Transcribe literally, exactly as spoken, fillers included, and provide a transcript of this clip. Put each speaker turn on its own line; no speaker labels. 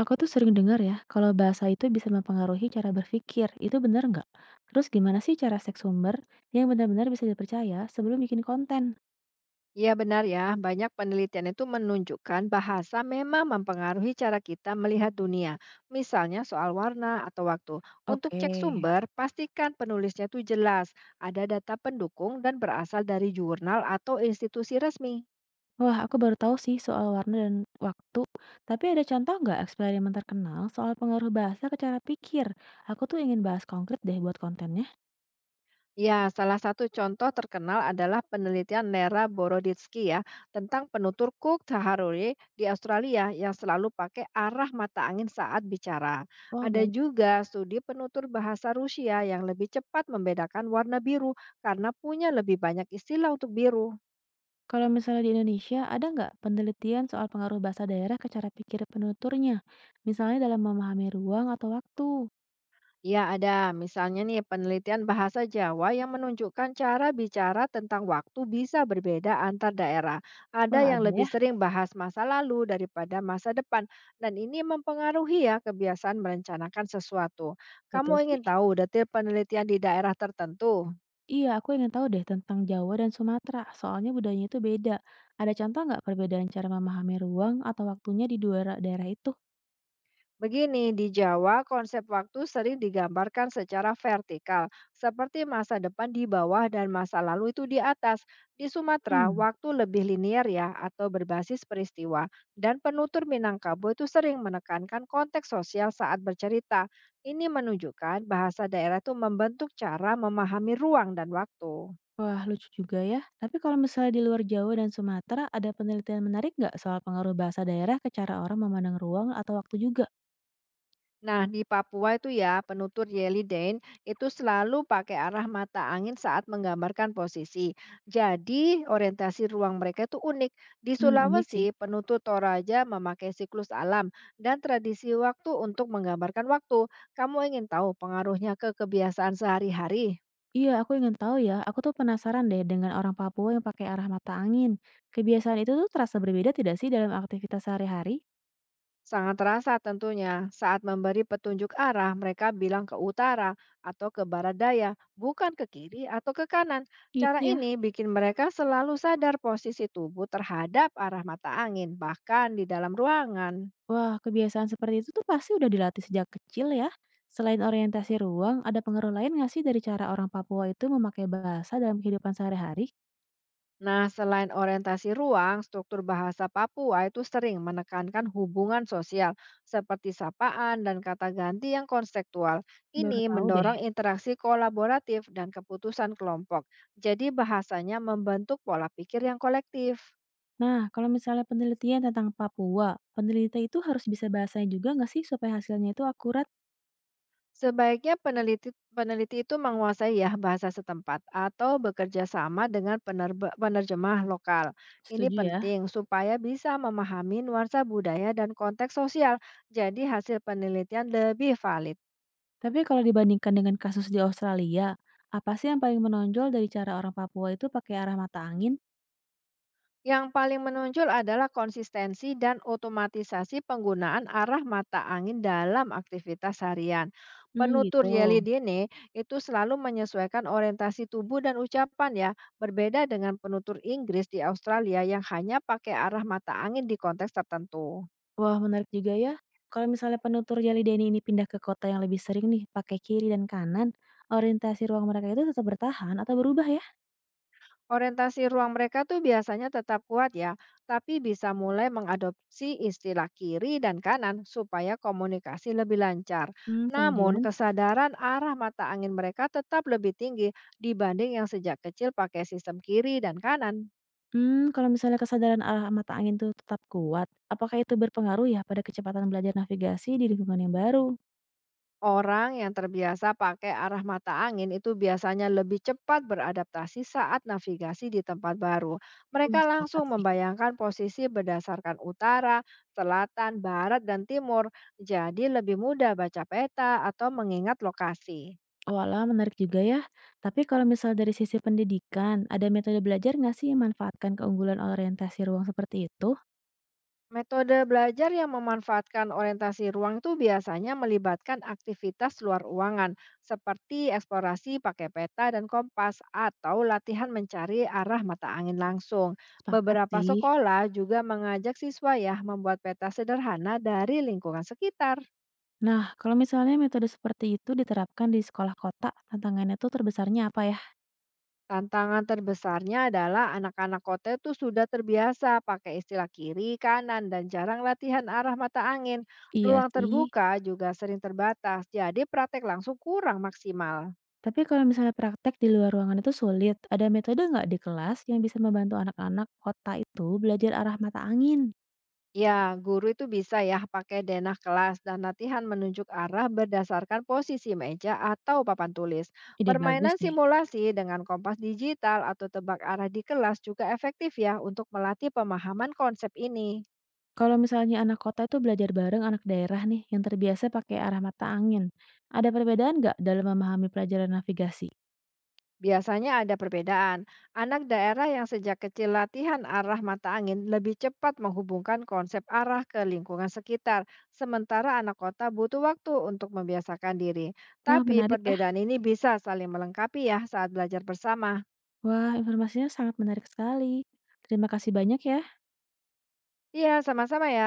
Aku tuh sering dengar ya, kalau bahasa itu bisa mempengaruhi cara berpikir. Itu benar nggak? Terus gimana sih cara cek sumber yang benar-benar bisa dipercaya sebelum bikin konten?
Iya benar ya, banyak penelitian itu menunjukkan bahasa memang mempengaruhi cara kita melihat dunia. Misalnya soal warna atau waktu. Untuk
Oke.
cek sumber, pastikan penulisnya itu jelas, ada data pendukung dan berasal dari jurnal atau institusi resmi.
Wah, aku baru tahu sih soal warna dan waktu. Tapi ada contoh nggak eksperimen terkenal soal pengaruh bahasa ke cara pikir? Aku tuh ingin bahas konkret deh buat kontennya.
Ya, salah satu contoh terkenal adalah penelitian Nera Boroditsky ya tentang penutur Cook Taharori di Australia yang selalu pakai arah mata angin saat bicara.
Wah
Ada
baik.
juga studi penutur bahasa Rusia yang lebih cepat membedakan warna biru karena punya lebih banyak istilah untuk biru.
Kalau misalnya di Indonesia, ada nggak penelitian soal pengaruh bahasa daerah ke cara pikir penuturnya? Misalnya dalam memahami ruang atau waktu.
Ya, ada. Misalnya nih, penelitian bahasa Jawa yang menunjukkan cara bicara tentang waktu bisa berbeda antar daerah. Ada
Wah,
yang
ada
lebih
ya.
sering bahas masa lalu daripada masa depan, dan ini mempengaruhi ya kebiasaan merencanakan sesuatu. Kamu
Betul sih.
ingin tahu detail penelitian di daerah tertentu?
Iya, aku ingin tahu deh tentang Jawa dan Sumatera, soalnya budayanya itu beda. Ada contoh nggak perbedaan cara memahami ruang atau waktunya di dua ra- daerah itu?
Begini, di Jawa konsep waktu sering digambarkan secara vertikal, seperti masa depan di bawah dan masa lalu itu di atas. Di Sumatera,
Hmm,
waktu lebih linier ya atau berbasis peristiwa. Dan penutur Minangkabau itu sering menekankan konteks sosial saat bercerita. Ini menunjukkan bahasa daerah itu membentuk cara memahami ruang dan waktu.
wah lucu juga ya. Tapi kalau misalnya di luar Jawa dan Sumatera, ada penelitian menarik nggak soal pengaruh bahasa daerah ke cara orang memandang ruang atau waktu juga?
Nah, di Papua itu ya, penutur Yellowden itu selalu pakai arah mata angin saat menggambarkan posisi. Jadi, orientasi ruang mereka itu unik. Di
Hmm, unik
Sulawesi,
sih.
penutur Toraja memakai siklus alam dan tradisi waktu untuk menggambarkan waktu. Kamu ingin tahu pengaruhnya ke kebiasaan sehari-hari?
Iya, aku ingin tahu ya. Aku tuh penasaran deh dengan orang Papua yang pakai arah mata angin. Kebiasaan itu tuh terasa berbeda tidak sih dalam aktivitas sehari-hari?
Sangat terasa tentunya saat memberi petunjuk arah mereka bilang ke utara atau ke barat daya, bukan ke kiri atau ke kanan. Cara
Gitu ya.
ini bikin mereka selalu sadar posisi tubuh terhadap arah mata angin, bahkan di dalam ruangan.
Wah, kebiasaan seperti itu tuh pasti udah dilatih sejak kecil ya. Selain orientasi ruang, ada pengaruh lain nggak sih dari cara orang Papua itu memakai bahasa dalam kehidupan sehari-hari?
Nah, selain orientasi ruang, struktur bahasa Papua itu sering menekankan hubungan sosial seperti sapaan dan kata ganti yang konseptual. Ini
Baru tahu deh.
mendorong interaksi kolaboratif dan keputusan kelompok. Jadi bahasanya membentuk pola pikir yang kolektif.
Nah, kalau misalnya penelitian tentang Papua, peneliti itu harus bisa bahasanya juga nggak sih supaya hasilnya itu akurat?
Sebaiknya peneliti peneliti itu menguasai ya bahasa setempat atau bekerja sama dengan penerba- penerjemah lokal. Ini
Setuju ya.
penting supaya bisa memahami nuansa budaya dan konteks sosial. Jadi hasil penelitian lebih valid.
Tapi kalau dibandingkan dengan kasus di Australia, apa sih yang paling menonjol dari cara orang Papua itu pakai arah mata angin?
Yang paling menonjol adalah konsistensi dan otomatisasi penggunaan arah mata angin dalam aktivitas harian.
Hmm,
Penutur
gitu.
Yeli Dene itu selalu menyesuaikan orientasi tubuh dan ucapan ya, berbeda dengan penutur Inggris di Australia yang hanya pakai arah mata angin di konteks tertentu.
Wah, menarik juga ya. Kalau misalnya penutur Jelly Denny ini pindah ke kota yang lebih sering nih, pakai kiri dan kanan, orientasi ruang mereka itu tetap bertahan atau berubah ya?
Orientasi ruang mereka tuh biasanya tetap kuat ya, tapi bisa mulai mengadopsi istilah kiri dan kanan supaya komunikasi lebih lancar.
Hmm,
Namun,
kemudian,
kesadaran arah mata angin mereka tetap lebih tinggi dibanding yang sejak kecil pakai sistem kiri dan kanan.
hmm, kalau misalnya kesadaran arah mata angin itu tetap kuat, apakah itu berpengaruh ya pada kecepatan belajar navigasi di lingkungan yang baru?
Orang yang terbiasa pakai arah mata angin itu biasanya lebih cepat beradaptasi saat navigasi di tempat baru. Mereka
Wah,
langsung
sepakat sih.
membayangkan posisi berdasarkan utara, selatan, barat, dan timur, jadi lebih mudah baca peta atau mengingat lokasi.
Walah, menarik juga ya. Tapi kalau misal dari sisi pendidikan, ada metode belajar nggak sih yang manfaatkan keunggulan orientasi ruang seperti itu?
Metode belajar yang memanfaatkan orientasi ruang itu biasanya melibatkan aktivitas luar ruangan, seperti eksplorasi pakai peta dan kompas, atau latihan mencari arah mata angin langsung.
Sepakat
Beberapa
sih.
sekolah juga mengajak siswa ya membuat peta sederhana dari lingkungan sekitar.
Nah, kalau misalnya metode seperti itu diterapkan di sekolah kota, tantangannya tuh terbesarnya apa ya?
Tantangan terbesarnya adalah anak-anak kota itu sudah terbiasa pakai istilah kiri, kanan, dan jarang latihan arah mata angin.
Iya
Ruang
sih.
terbuka juga sering terbatas, jadi praktek langsung kurang maksimal.
Tapi kalau misalnya praktek di luar ruangan itu sulit, ada metode nggak di kelas yang bisa membantu anak-anak kota itu belajar arah mata angin?
Ya, guru itu bisa ya pakai denah kelas dan latihan menunjuk arah berdasarkan posisi meja atau papan tulis.
Ide bagus
Permainan
nih.
simulasi dengan kompas digital atau tebak arah di kelas juga efektif ya untuk melatih pemahaman konsep ini.
Kalau misalnya anak kota itu belajar bareng anak daerah nih, yang terbiasa pakai arah mata angin, ada perbedaan nggak dalam memahami pelajaran navigasi?
Biasanya ada perbedaan. Anak daerah yang sejak kecil latihan arah mata angin lebih cepat menghubungkan konsep arah ke lingkungan sekitar, sementara anak kota butuh waktu untuk membiasakan diri.
Wah,
Tapi
menarik ya.
perbedaan ini bisa saling melengkapi ya saat belajar bersama.
Wah, informasinya sangat menarik sekali. Terima kasih banyak ya.
Iya, sama-sama ya.